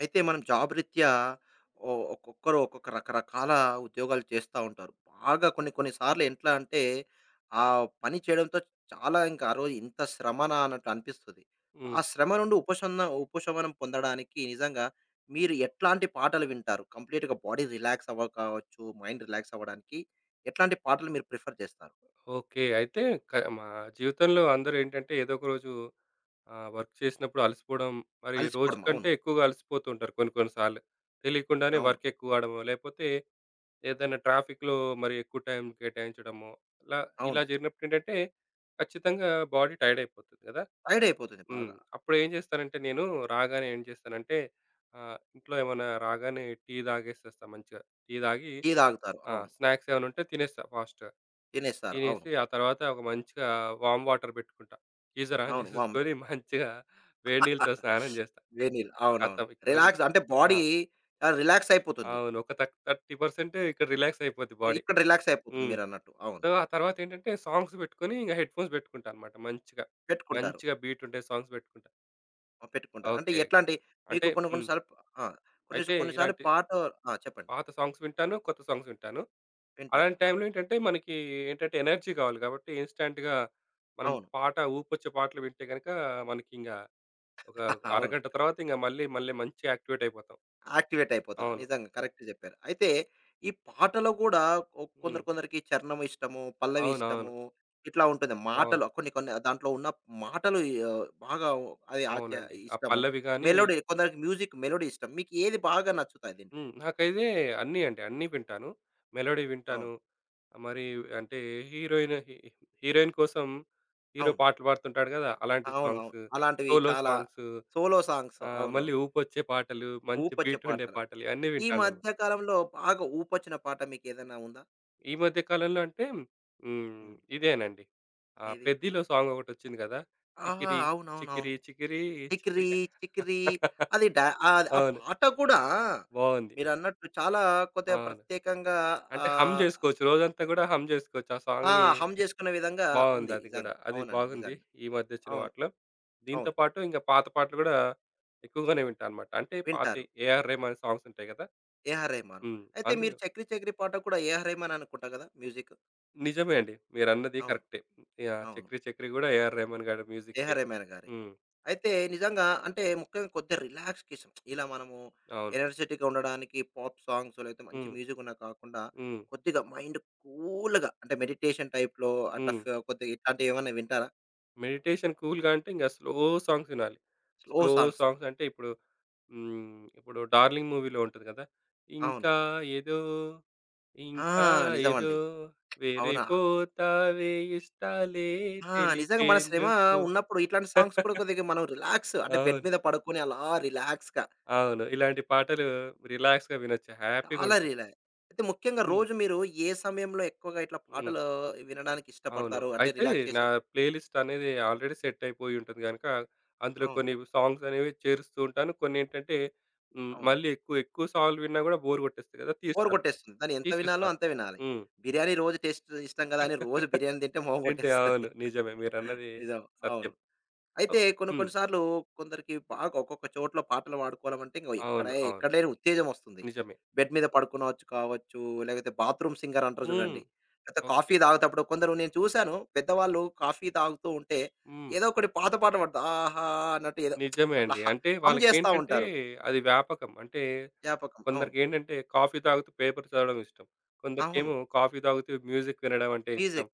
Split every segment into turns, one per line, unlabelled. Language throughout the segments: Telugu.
అయితే మనం జాబ్ రీత్యా ఒక్కొక్కరు ఒక్కొక్క రకరకాల ఉద్యోగాలు చేస్తా ఉంటారు. బాగా కొన్ని కొన్ని సార్లు ఎట్లా అంటే, ఆ పని చేయడంతో చాలా ఇంకా ఆ రోజు ఇంత శ్రమనా అన్నట్టు అనిపిస్తది.
హ్మ్.
ఆ శ్రమ నుండి ఉపశమనం పొందడానికి నిజంగా మీరు ఎట్లాంటి పాటలు వింటారు? కంప్లీట్‌గా బాడీ రిలాక్స్ అవ్వ కావచ్చు, మైండ్ రిలాక్స్ అవ్వడానికి ఎట్లాంటి పాటలు మీరు ప్రిఫర్ చేస్తారు?
ఓకే. అయితే క మా జీవితంలో అందరూ ఏంటంటే ఏదో ఒక రోజు వర్క్ చేసినప్పుడు అలసిపోవడం మరి రోజు
అలసిపోవడం, అవును.
కంటే ఎక్కువగా అలసిపోతూ ఉంటారు కొన్ని కొన్ని సార్లు. తెలియకుండానే
అవును.
వర్క్ ఎక్కువ అవ్వడమో, లేకపోతే ఏదైనా ట్రాఫిక్‌లో మరి ఎక్కువ టైం కేటాయించడమో, ఇలా
అవును.
ఇలా జరిగినప్పుడు ఏంటంటే ఖచ్చితంగా బాడీ టైర్డ్ అయిపోతుంది కదా!
టైర్డ్ అయిపోతుంది
హ్మ్.
బాగా.
అప్పుడు ఏం చేస్తానంటే నేను రాగానే ఏం చేస్తానంటే ఇంట్లో ఏమన్నా రాగానే టీ తాగేసేస్తా మంచిగా. టీ తాగి
టీ తాగుతారు.
ఆ!
అవును.
స్నాక్స్ ఏమైనా ఉంటే తినేస్తా ఫాస్ట్‌గా.
తినేస్తారు. అవును.
తినేసి ఆ తర్వాత ఒక మంచిగా వామ్ వాటర్ పెట్టుకుంటా. గీజర్ ఆన్
అవును. వామ్.
చేసేసుకొని మంచిగా వేడి నీళ్ళతో స్నానం చేస్తా.
వేడి నీళ్ళు. అవునవును.
ఖతం ఇక్కడ
రిలాక్స్ అంటే
ఆ!
బాడీ, రిలాక్స్ అయిపోతుంది.
అవును. ఒక థ 30% ఇక్కడ రిలాక్స్ అయిపోద్ది బాడీ.
ఇక్కడ రిలాక్స్ అయిపోతుంది
హ్మ్.
మీరన్నట్టు. అవును.
సో, ఆ తర్వాత ఏంటంటే సాంగ్స్ పెట్టుకొని ఇంక హెడ్‌ఫోన్స్ పెట్టుకుంటా అన్నమాట మంచిగా.
పెట్టుకుంటారు.
మంచిగా బీట్ ఉండే సాంగ్స్ పెట్టుకుంటా.
ఆ! పెట్టుకుంటారు. అంటే
ఓకే.
ఎట్లాంటి, మీకు
అంటే
కొన్ని కొన్ని
హ్మ్.
సార్లు. ఆ! కొన్ని
అయితే
కొన్ని సార్లు
ఇలాంటి
పాట. ఆ! చెప్పండి.
పాత సాంగ్స్ వింటాను, కొత్త సాంగ్స్ వింటాను.
వింటారు.
అలాంటి
ఆ!
టైంలో ఏంటంటే మనకి ఏంటంటే ఎనర్జీ కావాలి కాబట్టి ఇన్‌స్టాంట్‌గా మనం
అవును.
పాట ఊపొచ్చే పాటలు వింటే గనుక మనకింకా ఒక
అవును.
అరగంట తర్వాత ఇంక మళ్ళీ మంచి యాక్టివేట్ అయిపోతాం.
యాక్టివేట్ అయిపోతారు.
అవును.
నిజంగా కరెక్ట్ చెప్పారు. అయితే ఈ పాటలో గూడా కొందరు
హ్మ్.
కొందరికి చరణం ఇష్టము, పల్లవి
అవునవును.
ఇష్టము,
అవును.
ఇట్లా ఉంటుంది.
అవును
మాటలు కొన్ని కొన్ని దాంట్లో ఉన్న మాటలు బాగా అది ఆచ
అవునండి. ఆ
ఇష్టము.
పల్లవి గాని
మెలోడీ, కొందరికి మ్యూజిక్ మెలోడీ ఇష్టం. మీకు ఏది బాగా నచ్చుతాయి దీంట్లో?
హ్మ్. నాకైతే అన్నీ అండి. అన్నీ వింటాను. మెలోడీ వింటాను.
అవును.
ఆ మరి అంటే హీరోయిన్ హి హీరోయిన్ కోసం హీరో
అవును.
పాటలు పాడుతుంటాడు కదా! అలాంటి
అవునవును.
సాంగ్స్,
అలాంటివి
సోలో
చాలా.
సాంగ్స్
సోలో సాంగ్స్
మళ్ళీ
అవునవును.
ఊపొచ్చే పాటలు, మంచి
ఊపొచ్చే
బీటుండే
పాటలు.
పాటలు ఇవన్నీ
ఈ
వింటానన్నమాట.
మధ్య కాలంలో బాగా ఊపొచ్చిన పాట మీకేదైనా ఉందా?
ఈ మధ్య కాలంలో అంటే హ్మ్.
హ్మ్.
ఇదేనండి. ఆ!
ఏది?
'పెద్దిలో' సాంగ్ ఒకటొచ్చింది కదా!
ఆ!
'చికిరి
అవునవునవును.
చికిరి చికిరి చికిరి'
చికిరి, చికిరి. ఆ
అవును.
పాట కూడా
బావుంది.
మీరన్నట్టు చాలా కొద్దిగా
అవును.
ప్రత్యేకంగా.
అంటే హమ్
ఆహ్,
జేసుకోవచ్చు. రోజంతా గూడా హమ్ జేసుకోవచ్చు. ఆ
ఆ!
సాంగ్‌ని
హమ్ జేసుకునే విధంగా
బావుంది
ఉంది.
అది గూడా.
నిజంగా.
అది
అవునండి.
బాగుంది.
నిజంగా.
ఈ మధ్య ఒచ్చిన
అవును.
వాటిలో. దీంతో
అవును.
పాటు ఇంక పాత పాటలు గూడా ఎక్కువగానే వింటా అనమాట. అంటే
వింటారు.
పాతయి 'ఏఆర్ రెహమాన్' సాంగ్స్ ఉంటాయి గదా!
ఏఆర్ రెహమాన్.
హ్మ్.
అయితే మీరు
అందులో
'చక్రీ చక్రీ' పాట కూడా ఏఆర్ రెహమాన్ అనుకుంటా గదా! మ్యూజిక్.
నిజమే అండి. మీరన్నది
అవును.
కరెక్టే. యాహ్!
అవును.
'చక్రి చక్రి' గూడా 'ఏఆర్ రెహమాన్' గారి మ్యూజిక్కే.
ఏఆర్ రెహమాన్ గారే.
హ్మ్.
అయితే నిజంగా అంటే ముఖ్యంగా కొద్దిగా రిలాక్స్‌కేషన్ ఇలా మనము
అవును.
ఎనర్జిటిక్‌గా ఉండడానికి పాప్ సాంగ్స్ లేకపోతే మంచి
హ్మ్.
మ్యూజిక్ ఉన్న కాకుండా
హ్మ్.
కొద్దిగా మైండ్ కూల్‌గా అంటే మెడిటేషన్ టైప్‌లో అట్లా
హ్మ్.
కొద్దిగా ఇట్లాంటివి ఏమన్నా వింటారా?
మెడిటేషన్ కూల్‌గా అంటే ఇంగ స్లో సాంగ్స్ వినాలి.
Slow
slow
songs.
సాంగ్స్ అంటే ఇప్పుడు హ్మ్. ఇప్పుడు 'డార్లింగ్' మూవీలో ఉంటది కదా!
అవును.
ఇంకా ఏదో
ఆ!
ఇంకా ఏదో
నిజమండి. అవునా?
వేరైపోతావే ఇష్టాలే
ఆ! నిజంగా మన శ్రమ
తెలిపేందుకు
ఉన్నప్పుడు ఇట్లాంటి సాంగ్స్ కూడా కొద్దిగా మనం రిలాక్స్ అంటే బెడ్
అవును.
మీద పడుకొని అలా రిలాక్స్‌గా.
అవును. ఇలాంటి పాటలు రిలాక్స్‌గా వినొచ్చు.
చాలా
హ్యాపీ‌గుంటది.
రిలా అయితే ముఖ్యంగా
హ్మ్.
రోజు మీరు ఏ సమయంలో ఎక్కువగా ఇట్లా
హ్మ్.
పాటలు వినడానికి
అవును.
ఇష్టపడతారు? అంటే
అయితే నా
రిలాక్సేషన్.
ప్లేలిస్ట్ అనేది ఆల్రెడీ సెట్ అయిపోయి ఉంటుంది గనక, అందులో
అవును.
కొన్ని సాంగ్స్ అనేవి చేరుస్తూ ఉంటాను. కొన్నేంటంటే హ్మ్.
అవును.
మళ్ళీ ఎక్కువ ఎక్కువ సార్లు విన్నా గూడా బోర్ కొట్టేస్తది కదా!
బోర్
తీస్తాను.
కొట్టేస్తుంది. దాన్ని ఎంత వినాలో
తీసేస్తాను.
అంతే వినాలి.
హ్మ్.
బిర్యానీ రోజు టేస్ట్ ఇష్టం కదా అని రోజు బిర్యానీ తింటే మొహం
అంటే
కొట్టేస్తది.
అవును. నిజమే. మీరన్నది
నిజం. అవును.
సత్యం.
అయితే
అవ్
కొన్ని
హ్మ్.
కొన్ని సార్లు కొందరికి బాగా ఒక్కొక్క చోట్ల పాటలు పాడుకోవాలమంటే ఇంగ ఎక్కడ,
అవును. అవును.
ఎక్కడ లేని ఉత్తేజం వస్తుంది.
నిజమే.
బెడ్ మీద పడుకునవచ్చు కావచ్చు, లేకపోతే బాత్రూమ్ సింగర్ అంటారు
హ్మ్.
చూడండి. లేకపోతే కాఫీ
ఓకే.
తాగేటప్పుడు కొందరు నేను చూసాను, పెద్దవాళ్ళు కాఫీ తాగుతూ ఉంటే
హ్మ్.
ఏదో ఒకటి పాత పాట పడతా, ఆహా! అన్నట్టు ఏదో
నిజమే
అట్లా
అండి. అంటే
హమ్ చేస్తా
వాళ్ళకేంటంటే
ఉంటారు.
అది వ్యాపకం. అంటే
జ్ఞాపకం. అవును.
కొందరికేంటంటే కాఫీ తాగుతూ పేపర్ చదవడం ఇష్టం.
అవును.
కొందరికేమో కాఫీ తాగుతూ మ్యూజిక్ వినడం అంటే ఇష్టం.
మ్యూజిక్.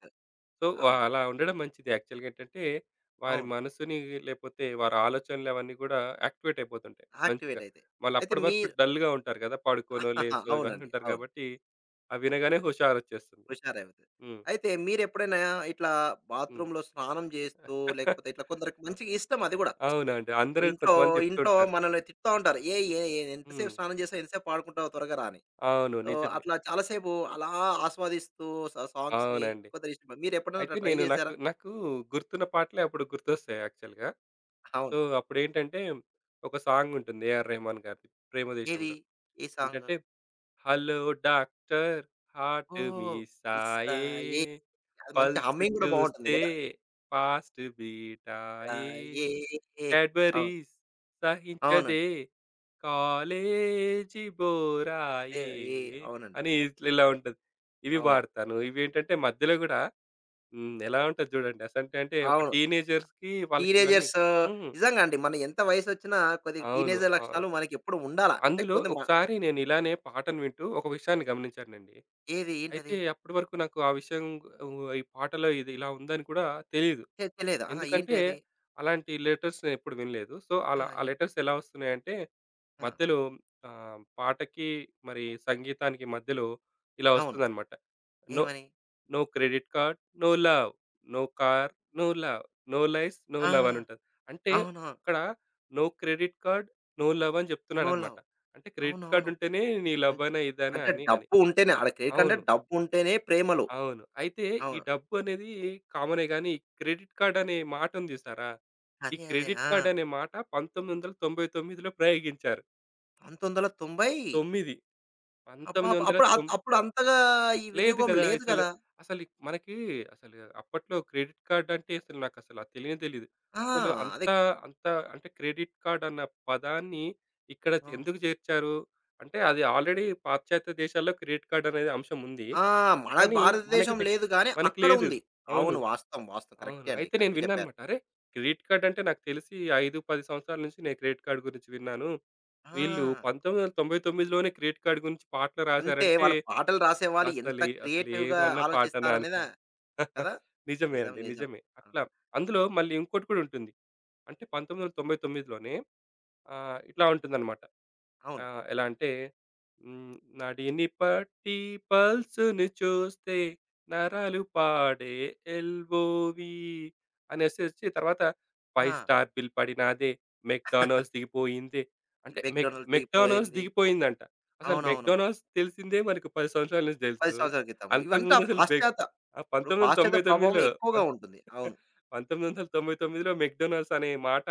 సో,
అవును.
అలా ఉండడం మంచిది. యాక్చువల్‌గా ఏంటంటే, వారి
అవును.
మనసుని లేపోతే వారి ఆలోచనలు అవన్నీ గూడా యాక్టివేట్ అయిపోతుంటాయి
యాక్టివేట్
మంచిగా.
అయితాయి. అయితే
వాళ్ళప్పటి వరకు
మీరు
డల్‌గా ఉంటారు గదా! పడుకోనో, లేసో ఇవన్నీ
అవునండి.
ఉంటారు
అవును.
గాబట్టి, అవి వినగానే హుషారొచ్చేస్తుంది.
హుషారవుతది.
హ్మ్.
అయితే మీరెప్పుడైనా ఇట్లా
హ్మ్.
బాత్రూమ్‌లో స్నానం చేస్తూ లేకపోతే ఇట్లా కొందరికి మంచిగా ఇష్టం అది గూడా.
అవునండి. అందరూ
ఇంట్లో
కొంతమంది జెప్తూ
ఇంట్లో
ఉంటారు.
మనల్ని తిడతా ఉంటారు. "ఏయ్! ఏ ఏ ఎంతసేపు
హ్మ్.
స్నానం చేసావు? ఎంతసేపు పాడుకుంటావు? త్వరగా రా" అని.
అవును.
సో,
నిజమే.
అట్లా చాలా సేపు అలా ఆస్వాదిస్తూ సాంగ్స్‌ని
అవునండి.
కొందరి ఇష్టం. మీరెప్పుడైనా
అయితే
అట్లా ట్రై
నేను
చేసారా?
నాకు నాకు గుర్తున్న పాటలే అప్పుడు గుర్తొస్తాయి యాక్చువల్‌గా.
అవును.
సో, అప్పుడేంటంటే, ఒక సాంగుంటుంది 'ఏఆర్ రెహమాన్' గారిది
ఏది?
'ప్రేమదేశంలో'
ఏ సాంగ్?
ఏంటంటే హలో డాక్టర్ హార్ట్ మీ
ఓహ్! ఇస్తా.
సాయే
ఏ. అది మంచి
పల్స్
హమ్మింగ్ గూడా బావుంటుంది
చూస్తే
గదా!
ఫాస్ట్ బీటాయే
ఏ, ఏ, ఏ. అవును.
క్యాడ్బరీస్
అవునండి.
సహించదే కాలేజీ
ఏ,
బోరాయే
ఏ. అవునండి.
అని ఇట్లా ఇలా ఉంటుంది ఇవి
అవును.
వాడతాను ఇవి ఏంటంటే మధ్యలో కూడా ఎలా ఉంటుంది చూడండి అసంటే అంటే ఒక
అవును.
టీనేజర్స్ కి వాళ్ళకి ఇవన్నీ
టీనేజర్స్.
ఉమ్,
నిజంగా అండి. మనం ఎంత వయసొచ్చినా కొద్దిగా
అవును
టీనేజర్
ఆ,
లక్షణాలు మనకెప్పుడు ఉండాలా. అంటే
అందులో
కొన్ని
ఒకసారి నేను ఇలానే పాటను వింటూ ఒక విషయాన్ని గమనించానండి
ఏది?
అయితే
ఏంటది?
అప్పటి వరకు నాకు ఆ విషయం ఈ పాటలో ఇది ఇలా ఉందని కూడా తెలీదు.
తెలీదు. ఆహా!
ఎందుకంటే
ఏంటది?
అలాంటి లెటర్స్ నేనెప్పుడు వినలేదు. సో,
ఆ!
అలా ఆ
ఏంటి?
లెటర్స్ ఎలా వస్తున్నాయంటే
ఆ!
మధ్యలో పాటకి మరి సంగీతానికి మధ్యలో ఇలా
అవును.
వస్తుందన్నమాట. నో
ఏమని?
No credit card, no love, no car, no love, no life, no
ఆ!
లవ్ అని ఉంటది. అంటే
అవును.
అక్కడ no credit card, no love అని
నో
చెప్తున్నాడన్నమాట.
లవ్.
అంటే క్రెడిట్ కార్డ్
అవునవును.
ఉంటేనే నీ
అన్
లవ్వనా ఇదనా
అంటే
అని అని.
డబ్బు ఉంటేనే ఆడ క్రెడిట్ కార్డ్ అంటే
అవును.
డబ్బు ఉంటేనే ప్రేమలు.
అవును. అయితే ఈ
అవును.
డబ్బు అనేది కామనే గానీ, క్రెడిట్ కార్డ్ అనే మాట ఉంది చూసారా? ఈ
అదే. అదే.
క్రెడిట్
ఆ!
కార్డ్ అనే మాట 1999లో ప్రయోగించారు.
1990.
9
అబ్బా! అబ్బా, అప్పుడు,
1909
అప్పుడు అంతగా ఈ
లేదు
వినియోగం
కదా!
లేదు
అసలు.
గదా!
అసలు మనకి అసలు అప్పట్లో క్రెడిట్ కార్డ్ అంటే అసలు నాకసలు అది తెలియనే తెలీదు.
ఆ!
అసలు అంత
అదే.
అంత అంటే క్రెడిట్ కార్డ్ అన్న పదాన్ని ఇక్కడ
అవును.
ఎందుకు చేర్చారు? అంటే అది ఆల్రెడీ పాశ్చాత్య దేశాల్లో క్రెడిట్ కార్డ్ అనేది అంశం ఉంది.
ఆ! మన
కానీ మనకి
భారతదేశం
దె
లేదు గానీ,
మనకి
అక్కడ
లేదు.
ఉంది.
అవును.
అవును. వాస్తవం. వాస్తవం.
అవును.
కరెక్టే అండి.
అయితే నేను
కరెక్ట్ చెప్పారు.
విన్నానన్నమాట. అరే! క్రెడిట్ కార్డ్ అంటే నాకు తెలిసి 5, 10 సంవత్సరాల నుంచి నేను క్రెడిట్ కార్డ్ గురించి విన్నాను.
ఆ!
వీళ్ళు 1999లోనే క్రెడిట్ కార్డ్ గురించి పాటలు
అంటే
రాసారంటే
వాళ్ళు పాటలు రాసేవాళ్ళు ఎంత
అసలు ఏ- అసలు
క్రియేటివ్‌గా
ఏమన్న పాటనా
ఆలోచిస్తారనేదా
అనుకున్నా.
కదా!
నిజమే
నిజం.
అండి.
నిజం.
నిజమే.
అవును.
అట్లా అందులో మళ్ళీ ఇంకోటి కూడా ఉంటుంది. అంటే 1999లోనే ఇట్లా ఉంటుందన్నమాట.
అవును.
ఆ! ఎలా అంటే హ్మ్. నడిని పట్టి పల్స్‌ని చూస్తే నరాలు పాడే ఎల్‌ఓ‌వి అనేసొచ్చి తర్వాత ఫైవ్
ఆ!
స్టార్ బిల్ పడినాదే మెక్‌డానల్డ్స్ దిగిపోయిందే.
ఈ
అంటే
'మెక్‌డొనాల్డ్'
మెక్‌డానల్డ్స్
దిగిపోయింది.
దిగిపోయిందంట. అసలు
అవునవునవును.
మెక్‌డానల్డ్స్ తెలిసిందే మనకు 10 సంవత్సరాల నుంచి
10
తెలుసు.
సంవత్సరాల క్రితము. ఇవంతా
అంతకుముందు అసలు బెక్
పాశ్చాత్య,
ఆ!
ఇప్పుడు పాశ్చాత్య ప్రభావం
1999లో పం
ఎక్కువగా ఉంటుంది. అవును.
1999లో మెక్‌డానల్డ్స్ అనే మాట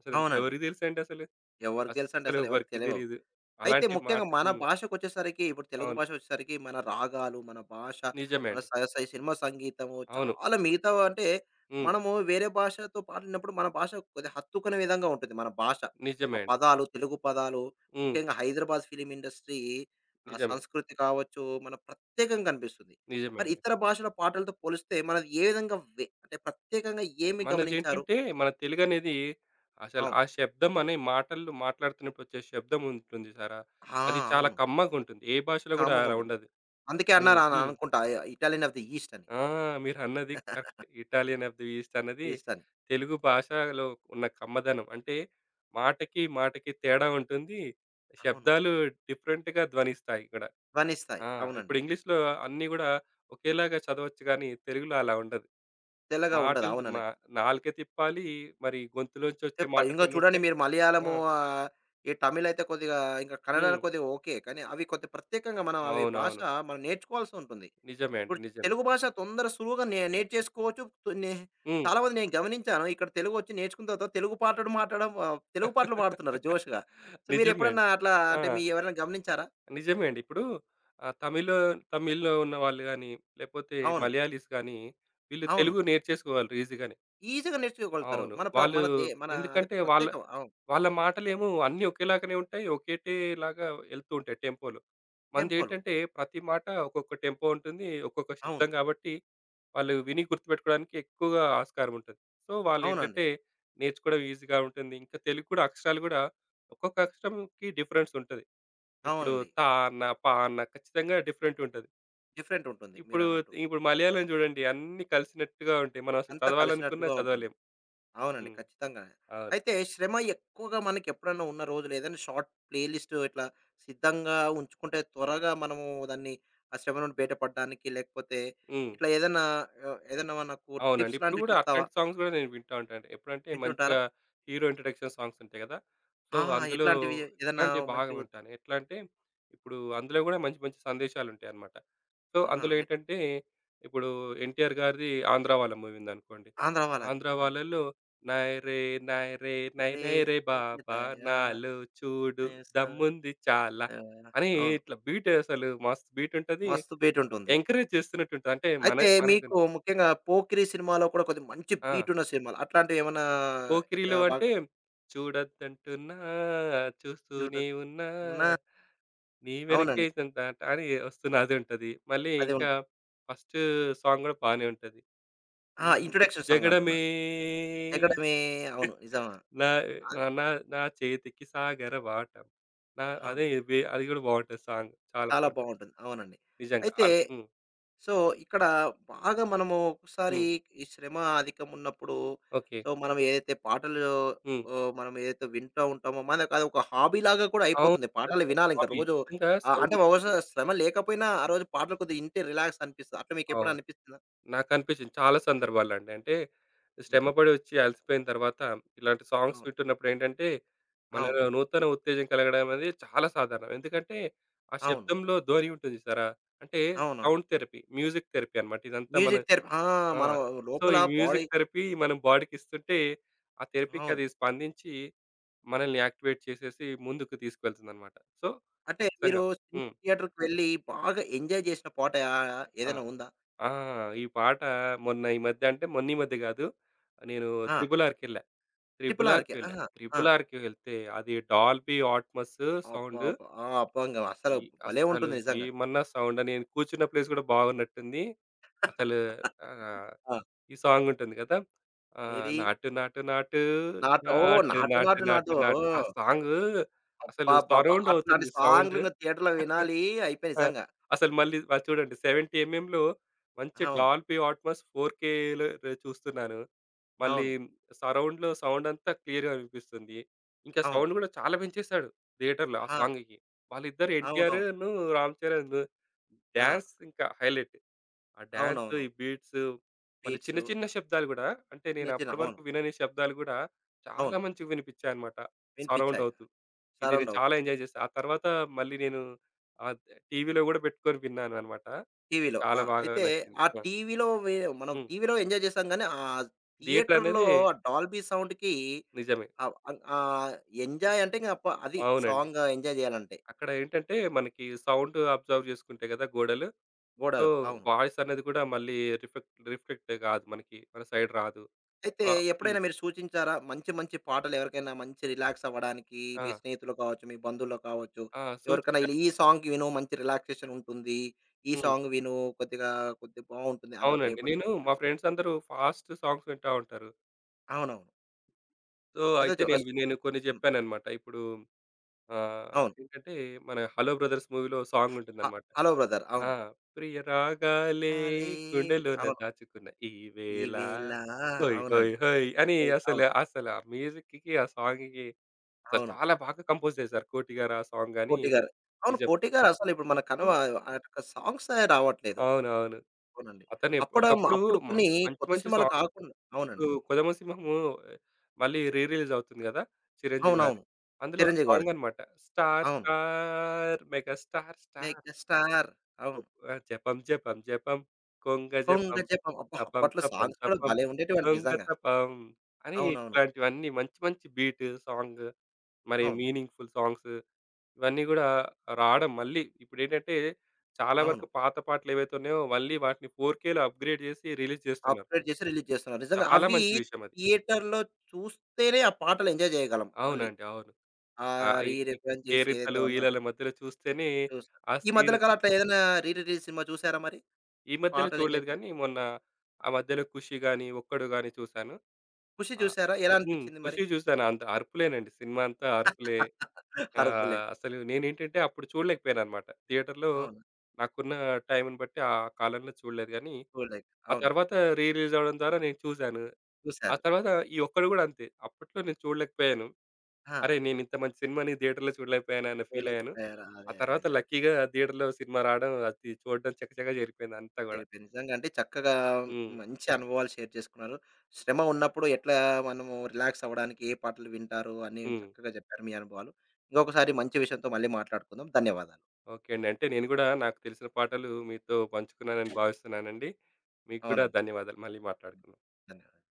అసలు ఎంత-
అవునండి.
ఎవరికి తెలుసండి అసలు?
ఎవరికి తెలుసండి
అస్సలు
అసలు, ఎవరికీ
ఎవ్వరికీ
తెలవవు.
తెలీదు.
అయితే
అలాంటి
ముఖ్యంగా
మాట
మన
హ్మ్.
భాషకొచ్చేసరికి ఇప్పుడు తెలుగు
అవును.
భాషొచ్చేసరికి మన రాగాలు, మన భాష,
నిజమే
మన
అండి.
స స సినిమా సంగీతము
అవును.
చాలా అంటే
హ్మ్.
మనము వేరే భాషతో పాడినప్పుడు మన భాష కొద్దిగా హత్తుకునే విధంగా ఉంటుంది మన భాష. ఆ
నిజమే అండి.
పదాలు, తెలుగు పదాలు,
హ్మ్.
ముఖ్యంగా హైదరాబాద్ ఫిల్మ్ ఇండస్ట్రీ, ఆ
నిజమే.
సంస్కృతి కావచ్చు, మన ప్రత్యేకంగా కనిపిస్తుంది.
నిజమే
మరి
అండి.
ఇతర భాషల పాటలతో పోలిస్తే మనది ఏ విధంగా అంటే ప్రత్యేకంగా ఏమి గమనించారు?
మనదేంటంటే మన తెలుగనేది అసలు
అవును.
ఆ శబ్దం అనే మాటల్లో మాట్లాడుతున్నప్పుడొచ్చే శబ్దం ఉంటుంది చూసారా?
ఆ!
అది చాలా
అవును.
కమ్మగుంటుంది. ఏ భాషలో గూడా అలా
కామ్‌గుంటుంది.
ఉండదు.
అందుకే
ఇప్పుడు
అన్నారు అని
హ్మ్.
అనుకుంటా, ఇటాలియన్ ఆఫ్ ది ఈస్ట్ అని.
ఆ! మీరన్నది correct. Italian of the east అన్నది
ఇస్తాను.
తెలుగు భాషలో ఉన్న కమ్మదనం. అంటే మాటకి, మాటకి తేడా ఉంటుంది.
అవును.
శబ్దాలు డిఫరెంట్‌గా ధ్వనిస్తాయి ఇక్కడ.
ధ్వనిస్తాయి.
ఆ!
అవునండి.
ఇప్పుడు ఇంగ్లీష్‌లో అన్నీ గూడా ఒకేలాగా చదవచ్చు గానీ, తెలుగులో అలా ఉండదు.
తెల్లగా ఉండదు.
మాటలు
అవునండి.
మా నాలుక తిప్పాలి, మరి గొంతులోంచొచ్చే
చెప్పాలి.
మాట
ఇంగో చూడండి
కొన్నుంటాయి.
మీరు
ఆ!
మలయాళము, ఈ తమిళ్ అయితే కొద్దిగా ఇంకా కన్నడ
హ్మ్.
కొద్దిగా ఓకే. కానీ అవి కొద్ది ప్రత్యేకంగా మనం అవి భాష
అవునవును.
మనం నేర్చుకోవాల్సి ఉంటుంది.
నిజమే అండి.
ఇప్పుడు
నిజమే.
తెలుగు భాష తొందర సులువుగా నేర్చేసుకోవచ్చు. తు నే
హ్మ్.
చాలా మంది నేను గమనించాను. ఇక్కడ తెలుగు వచ్చి నేర్చుకున్న తర్వాత తెలుగు పాటలు మాట్లాడడం, తెలుగు పాటలు పాడుతున్నారు జోష్‌గా. సో,
నిజమే
మీరెప్పుడన్నా
అండి.
అట్లా
ఆ!
అంటే మీ ఎవరైనా గమనించారా?
నిజమే అండి. ఇప్పుడు ఆహ్, తమిళ్ తమిళ్‌లో ఉన్న వాళ్ళు గానీ, లేపోతే
అవును.
మలయాళీస్ గానీ, వీళ్ళు
అవును.
తెలుగు నేర్చేసుకోగలరు ఈజీగానే.
ఈజీగా నేర్చుకోగలుగుతారు.
అవును.
మన ప్ర
వాళ్ళు
మన దే మన అది
ఎందుకంటే వాళ్ళ
ప్రత్యేకం. అవును.
వాళ్ళ మాటలేమో అన్నీ ఒకేలాగానే ఉంటాయి. ఒకటేలాగా ఎళ్తూ ఉంటాయి టెంపోలో.
టెంపోలు.
మనదేంటంటే ప్రతి మాట ఒక్కొక్క టెంపో ఉంటుంది. ఒక్కొక్క
అవును.
శబ్దం కాబట్టి వాళ్ళు విని గుర్తుపెట్టుకోవడానికి ఎక్కువగా ఆస్కారం ఉంటుంది. సో,
అవునండి.
వాళ్ళేంటంటే నేర్చుకోవడం ఈజీగా ఉంటుంది. ఇంకా తెలుగు కూడా అక్షరాలు గూడా ఒక్కొక్క అక్షరంకి డిఫరెన్స్ ఉంటది. ఇప్పుడు
అవునండి.
'తా' అన్న, 'పా' అన్న ఖచ్చితంగా డిఫరెంట్ ఉంటది.
డిఫరెంటుంటుంది
ఇప్పుడు
మీరన్నట్టు.
ఇప్పుడు మలయాళం చూడండి అన్నీ కలిసినట్టుగా ఉంటాయి. మనం అసలు
అంతా
చదవాలనుకున్నా
కలిసినట్టుగా ఉంటుంది.
చదవలేం.
అవునండి.
హ్మ్.
ఖచ్చితంగానే.
అవును.
అయితే శ్రమ ఎక్కువగా మనకెప్పుడన్నా ఉన్న రోజులు ఏదైనా షార్ట్ ప్లేలిస్ట్ ఇట్లా సిద్ధంగా ఉంచుకుంటే త్వరగా మనము దాన్ని ఆ శ్రమ నుండి బయటపడడానికి, లేకపోతే
హ్మ్.
ఇట్లా ఏదన్నా, ఏదన్నా మనకు
అవునండి.
టిప్స్
ఇప్పుడు
లాంటివి
గూడా
చెప్తావా?
అట్లాంటి సాంగ్స్ గూడా నేను వింటా ఉంటాను. ఎప్పుడంటే
వింటుంటారా?
మంచిగా హీరో ఇంట్రడక్షన్ సాంగ్స్ ఉంటాయి గదా! సో,
ఆ!
అందులో
ఎట్లాంటివి, ఏదన్నా
ఇట్లాంటివి
మంచి
బాగా వింటాను. ఎట్లా అంటే ఇప్పుడు అందులో గూడా మంచి మంచి సందేశాలుంటాయన్నమాట. సో,
ఆహా!
అందులో
ఎట్లా?
ఏంటంటే ఇప్పుడు 'ఎన్టీఆర్' గారిది 'ఆంధ్ర వాళ్ళ' మూవీ ఉందనుకోండి.
ఆంధ్ర వాళ్ళది.
'ఆంధ్ర
ఆహా!
వాళ్ళలో' నాయరే నాయరే నై
ఇది,
నై రే
ఇది
బాబా
దయా
నాలో చూడు
ఏసా.
దమ్ముంది చాలా
ఆ!
అని
అవును.
ఇట్లా బీట్ అసలు మస్తు బీటుంటది.
మస్తు బీటుంటుంది.
ఎంకరేజ్ చేస్తున్నట్టుంటది. అంటే
అయితే
మనకు
మీకు ముఖ్యంగా 'పోకిరి' సినిమాలో కూడా కొద్దిగా మంచి
ఆ!
బీట్ ఉన్న సినిమాలు అట్లాంటివేమన్నా,
పోకిరిలో
బాగా
అంటే చూడొద్దంటున్నా
చూడ
చూస్తూనే ఉన్నా
ఉన్న.
నీ వెనకే
అవునండి.
ఇదంత అంట అని వస్తున్న అది ఉంటది. మళ్ళీ
అదే
ఇంకా
ఉంటుంది.
ఫస్ట్ సాంగ్ గూడా బానే ఉంటది.
ఆ!
హ్మ్.
ఇంట్రొడక్షన్ సాంగ్
జగడమే
అంటున్నారు. 'జగడమే'. అవును. నిజం.
నా
అది
ఆహ్, నా నా చేతికి సాగర వాటం. నా
అవును.
అదే వే అది గూడా బావుంటది సాంగ్. చాలా
చాలా
బావుంటది.
బావుంటుంది. అవునండి.
నిజంగా.
అయితే,
అవి హ్మ్.
సో, ఇక్కడ బాగా మనము ఒక్కసారి
హ్మ్.
ఈ శ్రమ అధికం ఉన్నప్పుడు,
ఓకే.
సో, మనం ఏదైతే పాటలు,
హ్మ్.
మనం ఏదైతే వింటా ఉంటామో, మనకు అదొక హాబీలాగా కూడా
అవును.
అయిపోతుంది.
అది
పాటలు
కూడా
వినాలింక
హాబీ.
రోజు,
నిజంగా
అంటే
సంగీతం
బహుశా
మీద
శ్రమ లేకపోయినా ఆ రోజు పాటలు కొద్దిగా ఇంటే రిలాక్స్ అనిపిస్తది. అట్లా మీకెప్పుడైనా
అవును.
అనిపిస్తుందా?
నాకనిపించింది చాలా సందర్భాలండి. అంటే
హ్మ్.
శ్రమపడి వచ్చి అలసిపోయిన తర్వాత ఇలాంటి సాంగ్స్
అవును.
వింటున్నప్పుడు ఏంటంటే,
అవును.
మనలో నూతన ఉత్తేజం కలగడం అనేది చాలా సాధారణం. ఎందుకంటే ఆ
అవును.
శబ్దంలో ధ్వని ఉంటుంది చూసారా? అంటే
అవును.
సౌండ్ థెరపీ, మ్యూజిక్ థెరపీ అన్నమాట. ఇదంతా మన
మ్యూజిక్ థెరపీ. ఆ!
ఆ!
మనం
సో,
లోపల
ఈ
బాడీ.
మ్యూజిక్ థెరపీ మనం బాడీకి ఇస్తుంటే ఆ థెరపీకి
అవును.
అది స్పందించి మనల్ని యాక్టివేట్ చేసేసి ముందుకు తీసుకువెళ్తుందన్నమాట. సో,
అంటే మీరు
ఖచ్చితంగా.
సినిమా
హ్మ్.
థియేటర్‌కి వెళ్లి బాగా ఎంజాయ్ చేసిన పాట,
ఆ!
ఏదైనా ఉందా?
ఆ! ఈ పాట మొన్న ఈ మధ్య అంటే మొన్న ఈ మధ్య కాదు. నేను
ఆ!
'త్రిబుల్ ఆర్'కెళ్ళా.
'ట్రిపుల్
'త్రిబుల్ ఆర్'కి
ఆర్‌కే.'
వెళ్ళా.
ఆహా! ఆ!
'త్రిబుల్ ఆర్'కి వెళ్తే అది 'డాల్బీ అట్మాస్' సౌండ్.
అబ్బబ్బా! ఆ! అబ్బంగం అసలు
ఈ
భలే
అస్సలు
ఉంటుంది నిజంగా.
ఏమన్నా సౌండ్ నేను కూర్చున్న ప్లేస్ కూడా బాగున్నట్టుంది. అసలు ఆహ్,
ఆ!
ఈ సాంగ్ ఉంటుంది కదా!
ఏది?
'నాటు నాటు నాటు
నాటు, ఓహ్!
నాటు
'నాటు
నాటు
నాటు
నాటు
నాటు',
నాటు' ఆ
ఓహ్!
సాంగ్ అసలు
అబ్బబ్బబ్బా!
సరౌండ్
అట్లాంటి
అవుతుంది
సాంగ్‌లు
సౌండ్.
ఇంగ థియేటర్‌లో వినాలి అయిపోయి
ఆ!
నిజంగా.
అసలు మళ్ళీ మరి చూడండి 70 ఎంఎంలో మంచి
అవును.
డాల్బీ అట్మాస్ 4Kలో ర చూస్తున్నాను. మళ్ళీ
అవును.
సరౌండ్‌లో సౌండ్ అంతా క్లియర్‌గా వినిపిస్తుంది. ఇంకా
అవును.
సౌండ్ గూడా చాలా పెంచేసాడు థియేటర్‌లో ఆ
ఆ!
సాంగ్‌కి. వాళ్ళిద్దరు
అవునవును.
'ఎన్టీఆర్‌ను' 'రామ్ చరణ్'
ఆ!
డాన్స్ ఇంకా హైలైట్. ఆ డాన్స్,
అవునవును.
ఈ బీట్స్ మళ్ళీ చిన్న
బీట్సు,
చిన్న శబ్దాలు గూడా అంటే
చిన్న
నేను
చిన్న
అప్పటి
అవును.
వరకు వినని శబ్దాలు గూడా చాలా
అవును.
మంచిగా వినిపించాయన్నమాట. సరౌండ్
వినిపిచ్చాయి.
అవుతూ. ఇది
సరౌండ్
నేను
అవుతూ.
చాలా ఎంజాయ్ చేశా. ఆ తర్వాత మళ్ళీ నేను ఆహ్, టీవీలో గూడా పెట్టుకొని విన్నాను అన్నమాట.
టీవీలో. ఆ!
చాలా బాగా
అయితే
నచ్చింది.
ఆ
ఆ!
టీవీలో మనం
హ్మ్.
టీవీలో ఎంజాయ్ చేసాం గానీ, ఆ
థియేటర్
థియేటర్‌లో
అనేది
డాల్బీ సౌండ్‌కి,
నిజమే.
ఆహ్, ఆహ్, ఎంజాయ్ అంటే ఇంగ అప్ప అది
అవునండి.
సాంగ్ ఎంజాయ్ చేయాలంటే.
అక్కడ ఏంటంటే మనకి సౌండ్ అబ్జర్వ్ చేసుకుంటాయి గదా! గోడలు. సో,
గోడలు. అవును.
వాయిస్ అనేది కూడా మళ్ళీ రిఫ్లెక్ట్ కాదు మనకి. మన సైడ్ రాదు.
అయితే
హ్మ్.
ఎప్పుడైనా మీరు సూచించారా? మంచి మంచి పాటలు ఎవరికైనా మంచి రిలాక్స్ అవ్వడానికి
ఆ!
మీ స్నేహితులు కావచ్చు, మీ బంధువులు కావచ్చు,
ఆ!
ఎవరికైనా
సూచించారు.
ఇలా ఈ సాంగ్ విను మంచి రిలాక్సేషన్ ఉంటుంది. ఈ
హ్మ్.
సాంగ్ విను కొద్దిగా, కొద్దిగా బావుంటుంది అన్నట్లు
అవునండి.
ఎప్పుడైనా
నేను మా
సూచించారా?
ఫ్రెండ్స్ అందరూ ఫాస్ట్ సాంగ్స్ వింటా ఉంటారు.
అవునవును.
సో,
అదే
అయితే
చు అసు
నేను కొన్ని
హ్మ్.
జెప్పాననమాట. ఇప్పుడు
అవును.
ఏంటంటే మన 'హలో బ్రదర్స్' మూవీలో సాంగ్
హ
ఉంటుందనమాట.
'Hello brother'.
ఆ!
అవును.
ప్రియ రాగాలే
చాలే.
గుండెలోన
అవును.
దాచుకున్న ఈవేళ
ఈవేళ.
హోయ్ హోయ్
అవునండి.
హోయ్ అని
అవును.
అసలు,
అవును.
అసలు ఆ మ్యూజిక్‌కి, ఆ సాంగ్‌కి అసలు
అవును.
చాలా బాగా కంపోజ్ చేశారు 'కోటి' గారు ఆ సాంగ్ గాని
'కోటి' గారు. అవును.
నిజం.
'కోటి' గారు అసలు ఇప్పుడు మన కనుమ
హ్మ్.
ఆ యొక్క సాంగ్సే రావట్లేదు.
అవునవును.
అవునండి.
అతనే
అప్పుడా మ
ఒకప్పుడు
అప్పుడు
మ
కొన్ని
మంచి
కొత్త
మంచి
సినిమాలు
సాంగ్
కాకుండా
ఇప్పుడు
అవునండి.
'కొదమ సింహము' మళ్ళీ రీ రిలీజ్ అవుతుంది గదా! చిరంజీవి హ్మ్. గారిది.
అవునవును.
అందులో
చిరంజీవి
సాంగ్
గారిది.
అన్నమాట. స్టార్
అవును.
Star mega star star
'megastar'.
ఓ
అవును.
జపం జపం జపం కొంగ
'కొంగ
జపం
జపం'. అబ్బా!
తపం
అప్పట్లో
తపం
సాంగ్స్ కూడా
తపం
భలే ఉండేటివండి
దొంగ
నిజంగా.
తపం అని
అవునవును.
ఇట్లాంటివన్నీ మంచి మంచి బీట్ సాంగ్ మరి
అవును.
మీనింగ్‌ఫుల్ సాంగ్స్ ఇవన్నీ గూడా రావడం మళ్ళీ ఇప్పుడేంటంటే చాలా
అవును.
వరకు పాత పాటలు ఏవైతే ఉన్నాయో మళ్ళీ వాటిని 4Kలో అప్‌గ్రేడ్ జేసి రిలీజ్ జేస్తున్నారు.
అప్‌గ్రేడ్ చేసి రిలీజ్ చేస్తున్నారు. నిజంగా
చాలా
అవి
మంచి విషయం అది.
థియేటర్‌లో చూస్తేనే ఆ పాటలు ఎంజాయ్ చేయగలం మళ్ళీ.
అవునండి. అవును.
ఆ,
ఆ! ఈ
రీ
ఈ
రిఫరెన్స్ చేసి ఏదైతే
కేరింతలు,
ఉన్నారో
ఈలల మధ్యలో చూస్తేనే
చూస్తాం.
ఆ
ఈ
సీన్
మధ్యలో కాలం అట్లా ఏదైనా రీ రిలీజ్ సినిమా చూసారా మరి?
ఈ మధ్యలో
పాటలు ఎంజాయ్
చూడలేదు
చే,
గానీ, మొన్న ఆ మధ్యలో 'ఖుషి' గాని, 'ఒక్కడు' గాని చూసాను.
'ఖుషి'
ఆ!
చూసారా? ఎలా
హ్మ్.
అనిపిచ్చింది మరి?
'ఖుషి' చూసాను. అంత అరుపులేనండి. సినిమా అంతా అరుపులే.
అరుపులే.
అసలు నేనేంటంటే అప్పుడు చూడలేకపోయానన్నమాట. థియేటర్‌లో
అవును.
నాకున్న టైంని బట్టి ఆ కాలంలో చూడలేదు గానీ,
చూడలేక.
ఆ
అవును.
తర్వాత రీ రిలీజ్ అవ్వడం ద్వారా నేను చూసాను. ఆ
చూసారు.
తర్వాత ఈ 'ఒక్కడు' గూడా అంతే. అప్పట్లో నేను చూడలేకపోయాను.
ఆ!
అరే! నేనింత మంచి సినిమాని థియేటర్‌లో చూడలేకపోయాను అన్న ఫీల్
రిలాక్స్
అయ్యాను.
అయ్యారా? అదే.
ఆ
అదే.
తర్వాత
నిజంగా.
లక్కీగా థియేటర్‌లో సినిమా రావడం అది చూడడం చకచకా జరిగిపోయింది అంతా గూడా.
జరిపి నిజంగా అంటే చక్కగా
హ్మ్.
మంచి అనుభవాలు షేర్ చేసుకున్నారు. శ్రమ ఉన్నప్పుడు ఎట్లా మనము రిలాక్స్ అవ్వడానికి ఏ పాటలు వింటారు అని
హ్మ్.
చక్కగా చెప్పారు మీ అనుభవాలు. ఇంకొకసారి మంచి విషయంతో మళ్ళీ మాట్లాడుకుందాం. ధన్యవాదాలు.
ఓకే అండి. అంటే నేను గూడా నాకు తెలిసిన పాటలు మీతో పంచుకున్నానని భావిస్తున్నానండి. మీకు కూడా
అవునండి.
ధన్యవాదాలు. మళ్ళీ మాట్లాడుకుందాం.
ధన్యవాదాలు.